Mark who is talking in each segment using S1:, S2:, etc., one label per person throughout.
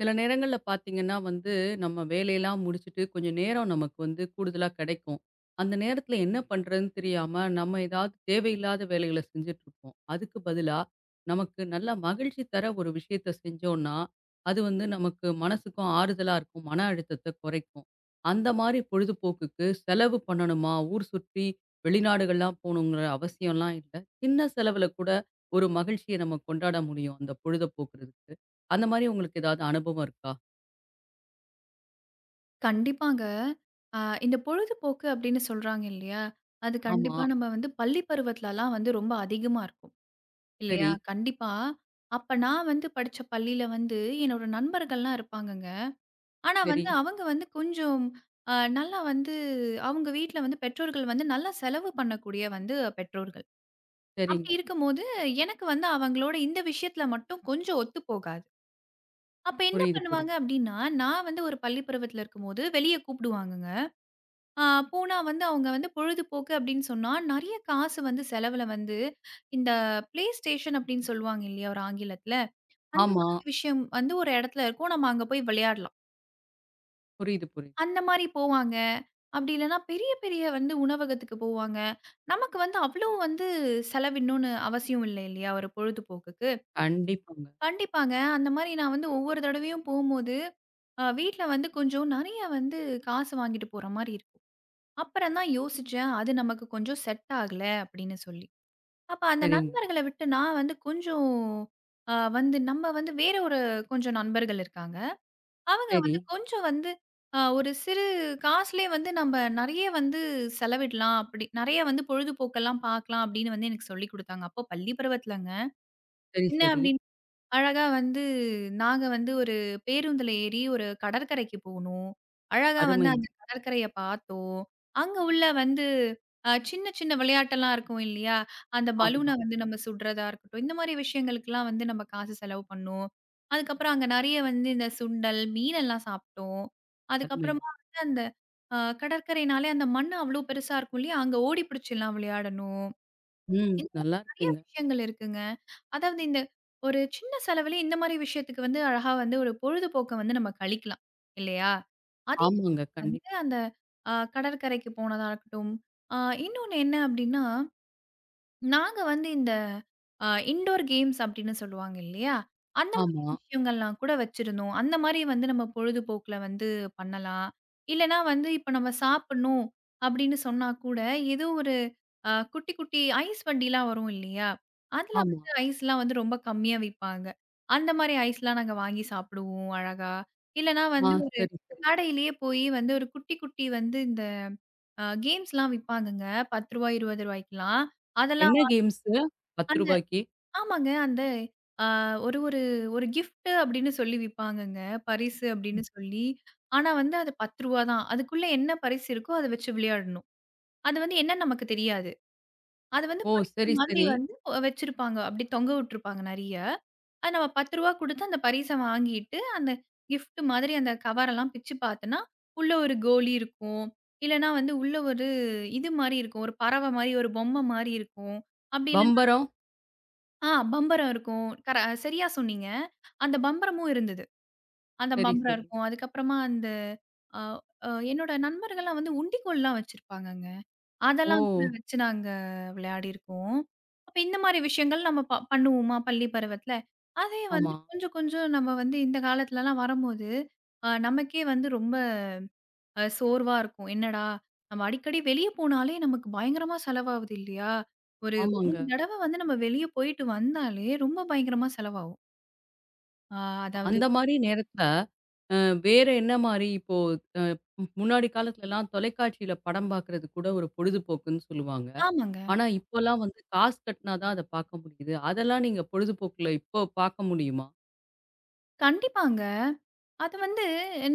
S1: சில நேரங்கள்ல பார்த்தீங்கன்னா வந்து, நம்ம வேலையெல்லாம் முடிச்சுட்டு கொஞ்சம் நேரம் நமக்கு வந்து கூடுதலா கிடைக்கும். அந்த நேரத்தில என்ன பண்றதுன்னு தெரியாம, நம்ம ஏதாவது தேவையில்லாத வேலைகள செஞ்சுட்ருப்போம். அதுக்கு பதிலா, நமக்கு நல்ல மகிழ்ச்சி தர ஒரு விஷயத்த செஞ்சோம்னா, அது வந்து நமக்கு மனசுக்கும் ஆறுதலா இருக்கும். மன அழுத்தத்த குறைக்கும். அந்த மாரி பொழுதுபோக்குக்கு செலவு பண்ணணுமா? ஊர் சுற்றி வெளிநாடுகள்லாம் போகணுங்கிற அவசியம்லாம் இல்ல. சின்ன செலவுல கூட ஒரு மகிழ்ச்சிய நம்ம கொண்டாட முடியும். அந்த பொழுத போக்குறதுக்கு. அந்த மாரி உங்களுக்கு ஏதாவது அனுபவம் இருக்கா?
S2: கண்டிப்பாங்க. அ இந்த பொழுதுபோக்கு அப்படின்னு சொல்றாங்க இல்லையா? அது
S1: ஆமா.
S2: கண்டிப்பா நம்ம வந்து பள்ளி பருவத்துலலாம் வந்து ரொம்ப அதிகமா இருக்கும். இல்லையா?
S1: சரி,
S2: கண்டிப்பா. அப்ப நான் வந்து படிச்ச பள்ளியில வந்து என்னோட நண்பர்கள்லாம் இருப்பாங்கங்க. ஆனா
S1: சரி,
S2: வந்து அவங்க வந்து கொஞ்சம் நல்லா வந்து அவங்க வீட்ல வந்து பெற்றோர்கள் வந்து நல்லா செலவு பண்ணக்கூடிய வந்து பெற்றோர்கள்.
S1: சரிங்க.
S2: அப்படி இருக்கும்போது எனக்கு வந்து அவங்களோட இந்த விஷயத்துல மட்டும் கொஞ்சம் ஒத்து போகாது. அப்ப என்ன
S1: புரியுது,
S2: பண்ணுவாங்க
S1: புரியுது.
S2: அப்படின்னா, நான் வந்து ஒரு பள்ளி பருவத்துல இருக்கும்போது வெளிய கூப்பிடுவாங்கங்க. ஆ போனா வந்து அவங்க வந்து பொழுதுபோக்கு அப்படின்னு சொன்னா, நெறைய காசு வந்து செலவுல வந்து இந்த PlayStation அப்படின்னு சொல்லுவாங்க இல்லையா? ஒரு ஆங்கிலத்துல. அந்த
S1: ஆமா.
S2: மாதிரி விஷயம் வந்து ஒரு இடத்துல இருக்கும். நம்ம அங்க போய் விளையாடலாம்.
S1: புரியுது, புரியுது.
S2: அந்த மாரி போவாங்க. அப்படி இல்லன்னா பெரிய பெரிய வந்து உணவகத்துக்கு போவாங்க. நமக்கு வந்து அவ்வளோ வந்து செலவிடணும்னு அவசியம் இல்லை இல்லையா? ஒரு பொழுதுபோக்குக்கு.
S1: கண்டிப்பாங்க.
S2: கண்டிப்பாங்க. அந்த மாரி நான் வந்து ஒவ்வொரு தடவையும் போம்போது, வீட்ல வந்து கொஞ்சம் நெறைய வந்து காசு வாங்கிட்டு போற மாரி இருக்கும். அப்புறம் தான் யோசிச்சேன். அது நமக்கு கொஞ்சம் செட் ஆகல அப்படின்னு சொல்லி. அப்ப அந்த
S1: சரிங்க.
S2: நண்பர்கள விட்டு நான் வந்து கொஞ்சம் வந்து நம்ம வந்து வேற ஒரு கொஞ்சம் நண்பர்கள் இருக்காங்க. அவங்க
S1: சரி,
S2: வந்து கொஞ்சம் வந்து ஒரு சிறு காசுலயே வந்து நம்ப நெறைய வந்து செலவிடலாம் அப்படி. நெறைய வந்து பொழுதுபோக்கெல்லாம் பார்க்கலாம் அப்படின்னு வந்து எனக்கு சொல்லிக் குடுத்தாங்க. அப்போ பள்ளி பருவத்துலங்க.
S1: சரி,
S2: என்ன
S1: சரி.
S2: அப்படி அழகா வந்து நாங்க வந்து ஒரு பேருந்துல ஏறி ஒரு கடற்கரைக்கு போனோம். அழகா வந்து
S1: அருமைங்க.
S2: அந்த கடற்கரைய பார்த்தோம். அங்க உள்ள வந்து சின்ன சின்ன விளையாட்டெல்லாம் இருக்கும் இல்லையா? அந்த
S1: ஆமா.
S2: பலூன வந்து நம்ம சுடுறதா இருக்கட்டும், இந்த மாரி விஷயங்களுக்கெல்லாம் வந்து நம்ம காசு செலவு பண்ணோம். அதுக்கப்புறம் அங்க நெறைய வந்து இந்த சுண்டல், மீனெல்லாம் சாப்பிட்டோம்.
S1: அருமையா.
S2: அதுக்கப்புறமா வந்து அந்த அ கடற்கரைனாலே அந்த மண் அவ்ளோ பெருசா இருக்கும் இல்லையா? அங்க ஓடி பிடிச்செல்லாம் விளையாடணும்.
S1: ம்.
S2: இந்த மாரி
S1: நல்லா
S2: நெறைய
S1: இருக்கீங்க.
S2: விஷயங்கள் இருக்குங்க. அதாவது இந்த ஒரு சின்ன செலவுலே இந்த மாரி விஷயத்துக்கு வந்து அழகா வந்து ஒரு பொழுதுபோக்க வந்து நம்ம கழிக்கலாம். இல்லையா? அதே
S1: ஆமாங்க.
S2: வந்து
S1: கண்டிப்பா.
S2: அந்த கடற்கரைக்கு போனதா இருக்கட்டும். அ இன்னொன்னு என்ன அப்டின்னா நாங்க வந்து இந்த இன்டோர் கேம்ஸ் அப்படின்னு சொல்லுவாங்க இல்லையா? அந்த மாரி
S1: ஆமா,
S2: விஷயங்கள்லாம் கூட வச்சிருந்தோம். அந்த மாரி வந்து நம்ம பொழுதுபோக்குல வந்து பண்ணலாம். இல்லன்னா வந்து இப்ப நம்ம சாப்பிடணும் அப்படின்னு சொன்னா கூட, ஏதோ ஒரு குட்டி, குட்டி ஐஸ் வண்டிலாம் வரும் இல்லையா? அதுல
S1: ஆமா.
S2: வந்து ஐஸ்லாம் வந்து ரொம்ப கம்மியா விப்பாங்க. அந்த மாரி ஐஸ்லாம் நாங்க வாங்கி சாப்பிடுவோம் அழகா. இல்லன்னா
S1: ஆ
S2: வந்து ஒரு
S1: சரி, சரி.
S2: கடையிலேயே போய் வந்து ஒரு குட்டி, குட்டி வந்து இந்த கேம்ஸ்லாம் விப்பாங்கங்க. ரூ. 10 ரூ. 20 ரூவாய்க்கலாம்.
S1: என்ன
S2: அதெல்லாம்
S1: கேம்ஸு? ரூ.
S2: அந்த
S1: 10க்கு.
S2: ஆமாங்க. அந்த அ ஒரு ஒரு ஒரு கிஃப்ட் அப்படின்னு சொல்லி விப்பாங்கங்க. பரிசு அப்படின்னு சொல்லி. ஆனா வந்து அது ரூ. 10 தான். அதுக்குள்ள என்ன பரிசு இருக்கோ அத வச்சு விளையாடணும். அது வந்து என்னன்னு நமக்கு தெரியாது. அது வந்து
S1: ஓ!
S2: பரிசு
S1: சரி,
S2: மாதிரி
S1: சரி.
S2: வந்து வச்சிருப்பாங்க. அப்படி தொங்க விட்டுருப்பாங்க நெறைய. அது நம்ம ரூ. 10 குடுத்து அந்த பரிச வாங்கிட்டு, அந்த கிஃப்ட் மாதிரி அந்த கவரெல்லாம் பிச்சு பார்த்தன்னா, உள்ள ஒரு கோலி இருக்கும். இல்லன்னா வந்து உள்ள ஒரு இது மாரி இருக்கும். ஒரு பறவை மாரி, ஒரு பொம்மை மாரி இருக்கும். அப்படி இல்ல
S1: பம்பரம்?
S2: பம்பரம் இருக்கும். சரியா சொன்னீங்க. அந்த பம்பரமும் இருந்தது. அந்த
S1: சரி,
S2: பம்பரம்
S1: சரி.
S2: இருக்கும். அதுக்கப்புறமா அந்த அ அ என்னோட நண்பர்கள்லாம் வந்து உண்டிகோல்லாம் வச்சிருப்பாங்கங்க.
S1: ஓ!
S2: அதெல்லாம் கூட வச்சு நாங்க விளையாடியிருக்கோம். அப்ப இந்த மாரி விஷயங்கள் நம்ம பண்ணுவோமா பள்ளி பருவத்துல? அதே
S1: ஆமா,
S2: வந்து கொஞ்சம் கொஞ்சம் நம்ம வந்து இந்த காலத்துலலாம் வரம்போது, நமக்கே வந்து ரொம்ப சோர்வா இருக்கும். என்னடா! நம்ம அடிக்கடி வெளிய போனாலே நமக்கு பயங்கரமா செலவாகுது இல்லையா? ஒரு ஒரு
S1: ஆமாங்க.
S2: தடவ வந்து நம்ம வெளிய போயிட்டு வந்தாலே ரொம்ப பயங்கரமா செலவாகும். ஆ அதாவது
S1: அந்த மாரி நேரத்துல, அ வேற என்ன மாரி இப்போ அ முன்னாடி காலத்துலலாம் தொலைக்காட்சியில படம் பார்க்கறது கூட ஒரு பொழுதுபோக்குன்னு சொல்லுவாங்க.
S2: ஆமாங்க.
S1: ஆனா இப்போலாம் வந்து காசு கட்டினா தான் அத பார்க்க முடியுது. அதெல்லாம் நீங்க பொழுதுபோக்குல இப்போ பார்க்க முடியுமா?
S2: கண்டிப்பாங்க. அது வந்து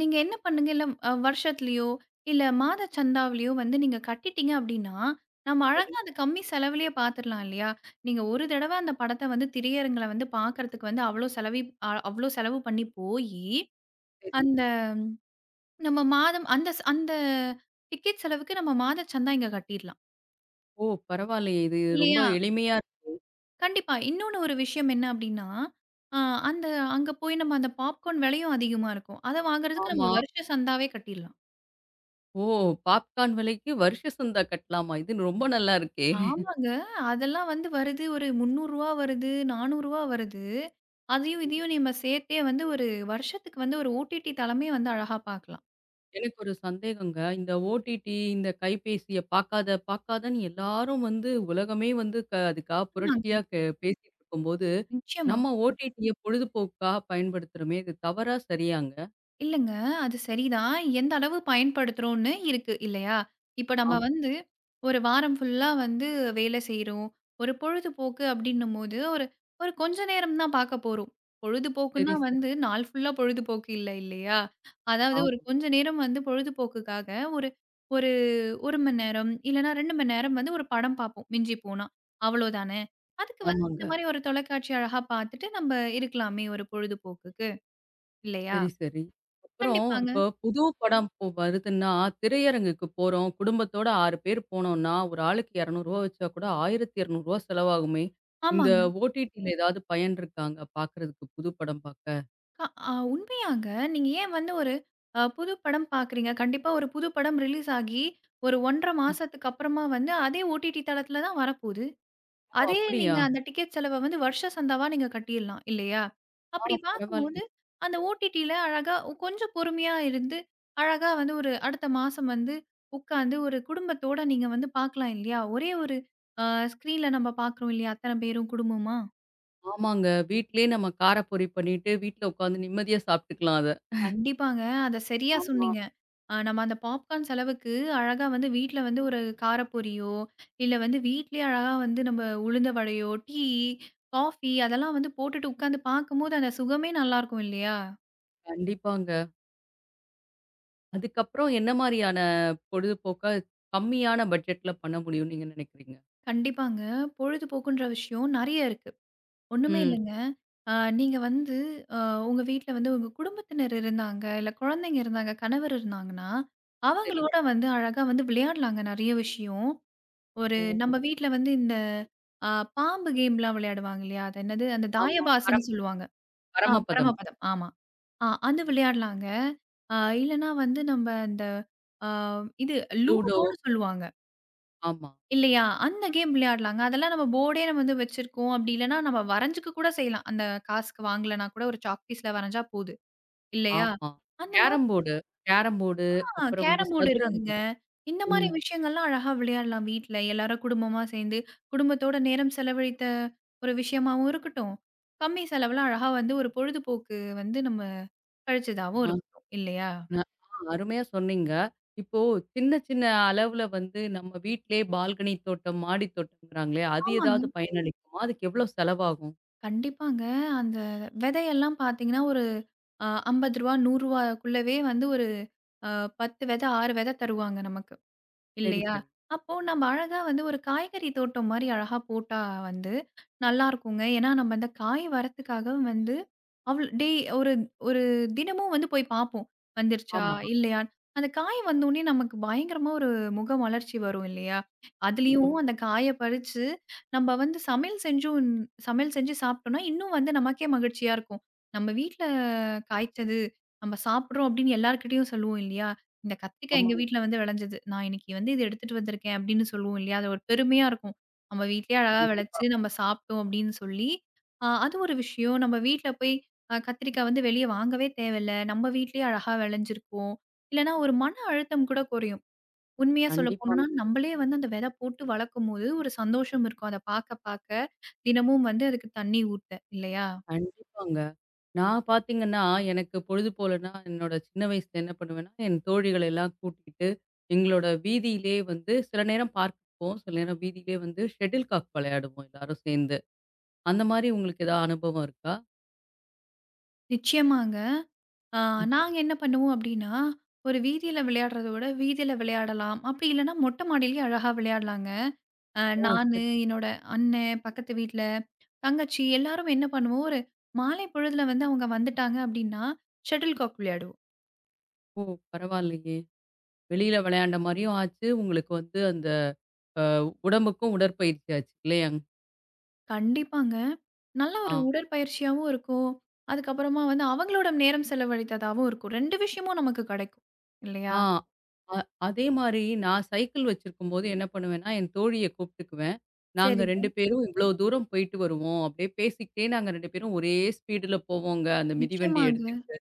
S2: நீங்க என்ன பண்ணுங்க, இல்ல வருஷத்துலயோ, இல்ல மாத சந்தாவிலயோ வந்து நீங்க கட்டிட்டீங்க அப்படின்னா, நம்ம
S1: சரி,
S2: அழகா அது கம்மி செலவுலயே பார்த்துரலாம் இல்லையா? நீங்க ஒரு தடவ அந்த படத்த வந்து திரையரங்குல வந்து பார்க்கறதுக்கு வந்து அவ்ளோ அவ்ளோ செலவு பண்ணி போயி,
S1: சரி.
S2: அந்த நம்ம மாதம் அந்த அந்த டிக்கெட் செலவுக்கு நம்ம மாத சந்தா இங்க கட்டிர்லாம்.
S1: ஓ! பரவாயில்லையே! இது ரொம்ப
S2: இல்லையா?
S1: எளிமையா இருக்கு.
S2: கண்டிப்பா. இன்னொன்னு ஒரு விஷயம் என்ன அப்டின்னா, அ அந்த அங்க போய் நம்ம அந்த பாப்கார்ன் விலையும் அதிகமா இருக்கும். அத வாங்குறதுக்கு
S1: ஆமா.
S2: நம்ம வருஷ சந்தாவே கட்டிர்லாம்.
S1: ஓ! பாப்கார்ன் விலைக்கு வருஷ சந்தா கட்டலாமா? இது ரொம்ப நல்லா இருக்கே!
S2: ஆமாங்க. அதெல்லாம் வந்து வருது ஒரு ரூ. 300 வருது, ரூ. 400 வருது. அதையும் இதையும் நம்ம சேர்த்தே வந்து ஒரு வருஷத்துக்கு வந்து ஒரு ஓடிடி தளமே வந்து அழகா பார்க்கலாம்.
S1: எனக்கு ஒரு சந்தேகங்க. இந்த ஓடிடி, இந்த கைபேசிய பார்க்காத பார்க்காதன்னு எல்லாரும் வந்து உலகமே வந்து அதுக்காக
S2: ஆமாங்க.
S1: புரட்சியா பேசிட்டு இருக்கும்போது,
S2: நிச்சயமா.
S1: நம்ம ஓடிடிய பொழுதுபோக்கா பயன்படுத்துறோமே! இது தவறா? சரியாங்க?
S2: இல்லங்க. அது சரிதான். எந்த அளவு பயன்படுத்துறோம்ன்னு இருக்கு இல்லையா? இப்ப நம்ம
S1: ஆம்.
S2: வந்து ஒரு வாரம் ஃபுல்லா வந்து வேலை செய்றோம். ஒரு பொழுதுபோக்கு அப்டின்னும்போது, ஒரு ஒரு கொஞ்ச நேரம் தான் பார்க்க போறோம்.
S1: சரி,
S2: பொழுதுபோக்குன்னா
S1: சரி.
S2: வந்து நாள் ஃபுல்லா பொழுதுபோக்கு இல்ல இல்லையா? அதாவது ஒரு
S1: ஆமா,
S2: கொஞ்ச நேரம் வந்து பொழுதுபோக்குக்காக ஒரு ஒரு 1 மணி நேரம் இல்லன்னா 2 மணி நேரம் வந்து ஒரு படம் பார்ப்போம் மிஞ்சி போனா. அவ்வளோதானே! அதுக்கு வந்து
S1: ஆமாங்க.
S2: இந்த மாரி ஒரு தொலைக்காட்சி அழகா பார்த்துட்டு நம்ப இருக்கலாமே ஒரு பொழுதுபோக்குக்கு இல்லையா?
S1: சரி, சரி. அப்புறம்
S2: கண்டிப்பாங்க.
S1: இப்போ புது படம் இப்போ வருதுன்னா, திரையரங்குக்கு போறோம். குடும்பத்தோட 6 பேர் போனோம்ன்னா, ஒரு ஆளுக்கு ரூ. 200 வச்சா கூட ரூ. 1200 செலவாகுமே! இந்த
S2: ஆமாங்க.
S1: ஓடிடில ஏதாவது பயன் இருக்காங்க பார்க்கறதுக்கு புது படம் பார்க்க?
S2: க உண்மையாங்க. நீங்க ஏன் வந்து ஒரு புது படம் பார்க்குறீங்க. கண்டிப்பா ஒரு புது படம் ரிலீஸ் ஆகி ஒரு 1 1/2 மாசத்துக்கு அப்புறமா வந்து அதே ஓடிடி தளத்தில தான் வரப்போது.
S1: ஓ!
S2: அதே
S1: அப்படியா?
S2: நீங்க அந்த டிக்கெட் செலவ வந்து வருஷ சந்தாவா நீங்க கட்டிர்லாம் இல்லையா?
S1: ஆ
S2: அப்படி பார்க்கும்போது
S1: பரவாயில்லையே.
S2: அந்த ஓடிடில அழகா கொஞ்சம் பொறுமையா இருந்து, அழகா வந்து ஒரு அடுத்த மாசம் வந்து உட்காந்து ஒரு குடும்பத்தோட நீங்க வந்து பார்க்கலாம் இல்லையா? ஒரே ஒரு அ ஸ்க்ரீன்ல நம்ம பார்க்குறோம் இல்லையா? அத்தன பேரும் குடும்பமா.
S1: ஆமாங்க. வீட்லயே நம்ம காரப்பொரி பண்ணிட்டு, வீட்ல உட்காந்து நிம்மதியா சாப்பிட்டுக்கலாம் அத.
S2: கண்டிப்பாங்க. அத சரியா
S1: ஆமா.
S2: சொன்னீங்க. நம்ம அந்த பாப்கார்ன் செலவுக்கு அழகா வந்து வீட்ல வந்து ஒரு காரப்பொரியோ, இல்ல வந்து வீட்லயே அழகா வந்து நம்ம உளுந்த வடையோ, டீ, காஃபி அதெல்லாம் வந்து போட்டுட்டு உட்காந்து பார்க்கும்போது அந்த சுகமே நல்லாருக்கும் இல்லையா?
S1: கண்டிப்பாங்க. அதுக்கப்புறம் என்ன மாரியான பொழுதுபோக்கா கம்மியான பட்ஜெட்ல பண்ண முடியும்னு நீங்க நினைக்கிறீங்க?
S2: கண்டிப்பாங்க. பொழுதுபோக்குன்ற விஷயம் நெறைய இருக்கு. ஒண்ணுமே
S1: ம்.
S2: இல்லங்க. அ நீங்க வந்து அ உங்க வீட்ல வந்து உங்க குடும்பத்தினர் இருந்தாங்க, இல்ல குழந்தைங்க இருந்தாங்க, கணவர் இருந்தாங்கன்னா,
S1: சரி.
S2: அவங்களோட வந்து அழகா வந்து விளையாடலாங்க நெறைய விஷயம். ஒரு
S1: ஓ!
S2: நம்ம வீட்ல வந்து இந்த அ பாம்பு கேம்லாம் விளையாடுவாங்க இல்லையா? அது என்னது? அந்த
S1: ஆமா.
S2: தாயபாசன்னு சொல்லுவாங்க.
S1: பரமபதம்.
S2: பரமபதம். ஆமா. அது விளையாடலாங்க. அ இல்லன்னா வந்து நம்ம அந்த அ இது
S1: லூடோ.
S2: லூடோன்னு சொல்லுவாங்க.
S1: ஆமா,
S2: இல்லையா? அந்த கேம் விளையாடலாங்க. அதெல்லாம் நம்ம போர்டே நம்ம வந்து வச்சிருக்கோம். அப்படி இல்லன்னா நம்ம வரைஞ்சுக்க கூட செய்யலாம். அந்த காசுக்கு வாங்கலனா கூட ஒரு சாக்பீஸ்ல வரைஞ்சா போது. இல்லையா?
S1: ஆமா.
S2: அந்த
S1: கேரம் போர்டு கேரம் போர்டு, அப்புறம் வந்து
S2: கேரம் போர்டு இருக்குங்க.
S1: சதுரங்கம்.
S2: இந்த மாரி
S1: ம்.
S2: விஷயங்கள்லாம் அழகா விளையாடலாம் வீட்ல. எல்லாரும் குடும்பமா சேர்ந்து, குடும்பத்தோட நேரம் செலவழித்த ஒரு விஷயமாவும் இருக்கட்டும். கம்மி செலவுல அழகா வந்து ஒரு பொழுதுபோக்கு வந்து நம்ம கழிச்சதாவும்
S1: ஆ.
S2: இருக்கட்டும். இல்லையா?
S1: அ ஆ, அருமையா சொன்னீங்க. இப்போ சின்ன சின்ன அளவுல வந்து நம்ம வீட்லயே பால்கனி தோட்டம், மாடி தோட்டம்ங்கிறாங்களே, அது
S2: ஆமாங்க.
S1: ஏதாவது பயனளிக்குமா? அதுக்கு எவ்வளோ செலவாகும்?
S2: கண்டிப்பாங்க. அந்த விதையெல்லாம் பார்த்தீங்கன்னா, ஒரு ரூ. 50, ரூ. 100க்குள்ளவே வந்து ஒரு அ 10 விதை, 6 விதை தருவாங்க நமக்கு.
S1: சரி,
S2: இல்லையா?
S1: சரி.
S2: அப்போ நம்ம அழகா வந்து ஒரு காய்கறி தோட்டம் மாரி அழகா போட்டா வந்து நல்லாருக்குங்க. ஏன்னா நம்ம அந்த காய் வரத்துக்காக வந்து அவள் டேய் ஒரு ஒரு தினமும் வந்து போய் பார்ப்போம். வந்துருச்சா?
S1: ஆமா.
S2: இல்லையான்னு. அந்த காய் வந்தோனே நமக்கு பயங்கரமா ஒரு முக மலர்ச்சி வரும் இல்லையா? அதுலயும்
S1: நிஜமா.
S2: அந்த காய பறிச்சு நம்ம வந்து சமையல் செஞ்சு சாப்பிட்டோம்னா, இன்னும் வந்து நமக்கே மகிழ்ச்சியா இருக்கும். நம்ம வீட்ல காய்ச்சது நம்ம சாப்பிடுறோம் அப்படின்னு எல்லார்கிட்டயும் சொல்லுவோம் இல்லையா? இந்த கத்திரிக்காய் எங்க
S1: ஆமாங்க.
S2: வீட்ல வந்து விளைஞ்சது. நான் இன்னைக்கு வந்து இத எடுத்துட்டு வந்திருக்கேன் அப்படின்னு சொல்லுவோம் இல்லையா? அது ஒரு பெருமையா இருக்கும். நம்ம வீட்லயே அழகா ஆமா.
S1: கண்டிப்பா,
S2: விளைச்சு நம்ம சாப்பிட்டோம் அப்படின்னு சொல்லி, அது ஒரு விஷயம். நம்ம வீட்ல போய் கத்திரிக்காய் வந்து வெளிய வாங்கவே தேவையில்ல. நம்ம வீட்லயே அழகா விளைஞ்சிருக்கும். இல்லன்னா ஒரு மன அழுத்தம் கூட குறையும். உண்மையா சொல்ல போணும்னா,
S1: கண்டிப்பாங்க,
S2: நம்பளே வந்து அந்த விதை போட்டு வளர்க்கும்போது ஒரு சந்தோஷம் இருக்கும். அத பாக்க பாக்க, தினமும் வந்து அதுக்கு தண்ணி ஊத்த இல்லையா?
S1: கண்டிப்பாங்க. நான் பார்த்தீங்கன்னா, எனக்கு பொழுது போலன்னா, என்னோட சின்ன வயசுல என்ன பண்ணுவேன்னா, என் தோழிகள எல்லாம் கூட்டிக்கிட்டு, எங்களோட வீதியிலே வந்து சில நேரம் பார்க்குக்கு போவோம். சில நேரம் வீதியிலே வந்து ஷட்டில் காக் விளையாடுவோம் எல்லாரும் சேர்ந்து. அந்த மாரி உங்களுக்கு ஏதாவது அனுபவம் இருக்கா?
S2: நிச்சயமாங்க. ஆ,
S1: ம்.
S2: நாங்க என்ன பண்ணுவோம் அப்படின்னா, ஒரு வீதியில விளையாடுறத விட, வீதியில விளையாடலாம். அப்படி இல்லன்னா, மொட்டை மாடியிலேயே அழகா விளையாடலாங்க.
S1: ஓ!
S2: நானு,
S1: சரி.
S2: என்னோட அண்ணன், பக்கத்து வீட்ல தங்கச்சி எல்லாரும் என்ன பண்ணுவோம், ஒரு மாலை பொழுதுல வந்து அவங்க வந்துட்டாங்க அப்படின்னா, ஷட்டில் காக் விளையாடுவோம்.
S1: ஓ! பரவாயில்லயே! வெளியில விளையாண்ட மாரியும் ஆச்சு. உங்களுக்கு வந்து அந்த அ உடம்புக்கும் உடற்பயிற்சி ஆச்சு இல்லையாங்?
S2: கண்டிப்பாங்க. நல்ல
S1: ஆ.
S2: ஒரு உடற்பயிற்சியாவும் இருக்கும். அதுக்கப்புறமா வந்து அவங்களோட நேரம் செலவழித்ததாவும் இருக்கும். 2 விஷயமும் நமக்கு கிடைக்கும்.
S1: ஆ.
S2: இல்லையா?
S1: அ அதே மாரி நான் சைக்கிள் வச்சிருக்கும்போது என்ன பண்ணுவேன்னா, என் தோழிய கூப்ட்டுக்குவேன். நாங்க 2
S2: சரிங்க.
S1: பேரும் இவ்ளோ தூரம் போயிட்டு வருவோம். அப்படியே பேசிக்கிட்டே நாங்க 2 பேரும் ஒரே ஸ்பீடுல போவோங்க. அந்த மிதிவண்டிய
S2: நிச்சயமாங்க.
S1: எடுத்துட்டு.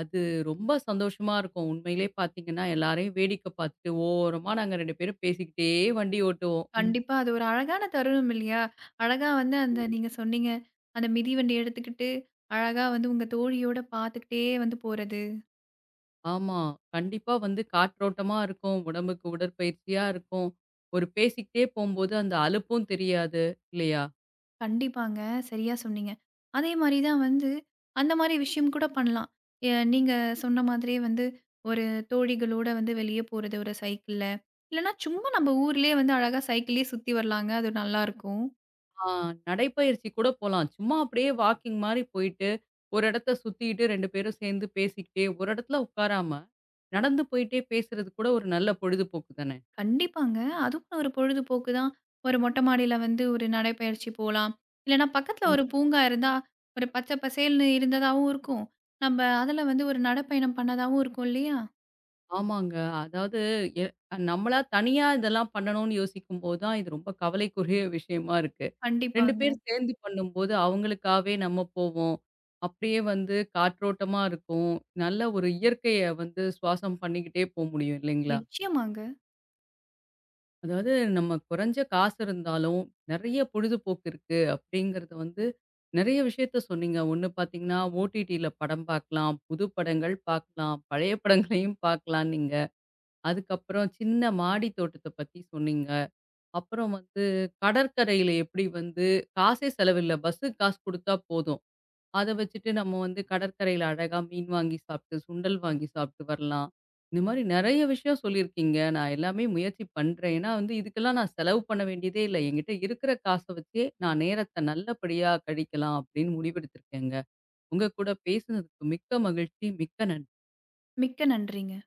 S1: அது ரொம்ப சந்தோஷமா இருக்கும். உண்மையிலே பார்த்தீங்கன்னா, எல்லாரையும் வேடிக்கை பார்த்துட்டு ஓரமா நாங்க 2 பேரும் பேசிக்கிட்டே வண்டி ஓட்டுவோம்.
S2: கண்டிப்பா. அது ஒரு அழகான தருணம் இல்லையா? அழகா வந்து அந்த நீங்க சொன்னீங்க. அந்த மிதிவண்டி எடுத்துக்கிட்டு, அழகா வந்து உங்க தோழியோட பார்த்துக்கிட்டே வந்து போறது.
S1: ஆமா. கண்டிப்பா வந்து காற்றோட்டமா இருக்கும். உடம்புக்கு உடற்பயிற்சியா இருக்கும். ஒரு பேசிக்கிட்டே போம்போது அந்த அலுப்பும் தெரியாது. இல்லையா?
S2: கண்டிப்பாங்க. சரியா சொன்னீங்க. அதே மாரி தான் வந்து அந்த மாரி விஷயம் கூட பண்ணலாம். நீங்க சொன்ன மாதிரியே வந்து ஒரு தோழிகளோட வந்து வெளிய போறது ஒரு சைக்கிள்ல. இல்லன்னா சும்மா நம்ம ஊர்லயே வந்து அழகா சைக்கிள்லயே சுத்தி வரலாங்க. அது நல்லாருக்கும்.
S1: ஆ நடைப்பயிற்சி கூட போலாம். சும்மா அப்படியே வாக்கிங் மாரி போயிட்டு, ஒரு இடத்த சுத்திட்டு 2 பேரும் சேர்ந்து பேசிக்கிட்டே, ஒரு இடத்துல உட்காராம, நடந்து போயிட்டே பேசுறது கூட ஒரு நல்ல பொழுதுபோக்கு தானே!
S2: கண்டிப்பாங்க. அதுவும் ஒரு பொழுதுபோக்கு தான். ஒரு மொட்டை மாடியில வந்து ஒரு நடைப்பயிற்சி போலாம். இல்லன்னா பக்கத்துல ஒரு பூங்கா இருந்தா, ஒரு பச்சை பசேல்னு இருந்ததாவும் இருக்கும். நம்ப அதுல வந்து ஒரு நடைப்பயணம் பண்ணதாவும் இருக்கும் இல்லையா?
S1: ஆமாங்க. அதாவது எ நம்மளா தனியா இதெல்லாம் பண்ணணும்னு யோசிக்கும்போது தான், இது ரொம்ப கவலைக்குரிய விஷயமா இருக்கு. 2 பேர்
S2: கண்டிப்பாங்க.
S1: சேர்ந்து பண்ணும்போது, அவங்களுக்காகவே நம்ம போவோம். அப்படியே வந்து காற்றோட்டமா இருக்கும். நல்ல ஒரு இயற்கைய வந்து சுவாசம் பண்ணிக்கிட்டே போ முடியும் இல்லைங்களா?
S2: நிச்சயமாங்க.
S1: அதாவது நம்ம குறைஞ்ச காசு இருந்தாலும், நெறைய பொழுதுபோக்கு இருக்கு அப்படிங்கிறது வந்து நெறைய விஷயத்த சொன்னீங்க. ஒண்ணு பார்த்தீங்கன்னா, OTTல படம் பார்க்கலாம், புது படங்கள் பார்க்கலாம், பழைய படங்களையும் பார்க்கலான்னீங்க. அதுக்கப்புறம் சின்ன மாடி தோட்டத்த பத்தி சொன்னீங்க. அப்புறம் வந்து கடற்கரையில எப்படி வந்து காசே செலவில்ல. பஸ்ஸுக்கு காசு குடுத்தா போதும். அத வச்சுட்டு நம்ம வந்து கடற்கரையில அழகா மீன் வாங்கி சாப்ட்டு, சுண்டல் வாங்கி சாப்ட்டு வரலாம். இந்த மாரி நெறைய விஷயம் சொல்லியிருக்கீங்க. நான் எல்லாமே முயற்சி பண்றேன். ஏன்னா வந்து இதுக்கெல்லாம் நான் செலவு பண்ண வேண்டியதே இல்ல. என்கிட்ட இருக்கிற காச வச்சே நான் நேரத்த நல்லபடியா கழிக்கலாம் அப்படின்னு முடிவெடுத்திருக்கேங்க. உங்க கூட பேசுனதுக்கு மிக்க மகிழ்ச்சி. மிக்க நன்றி.
S2: மிக்க நன்றிங்க.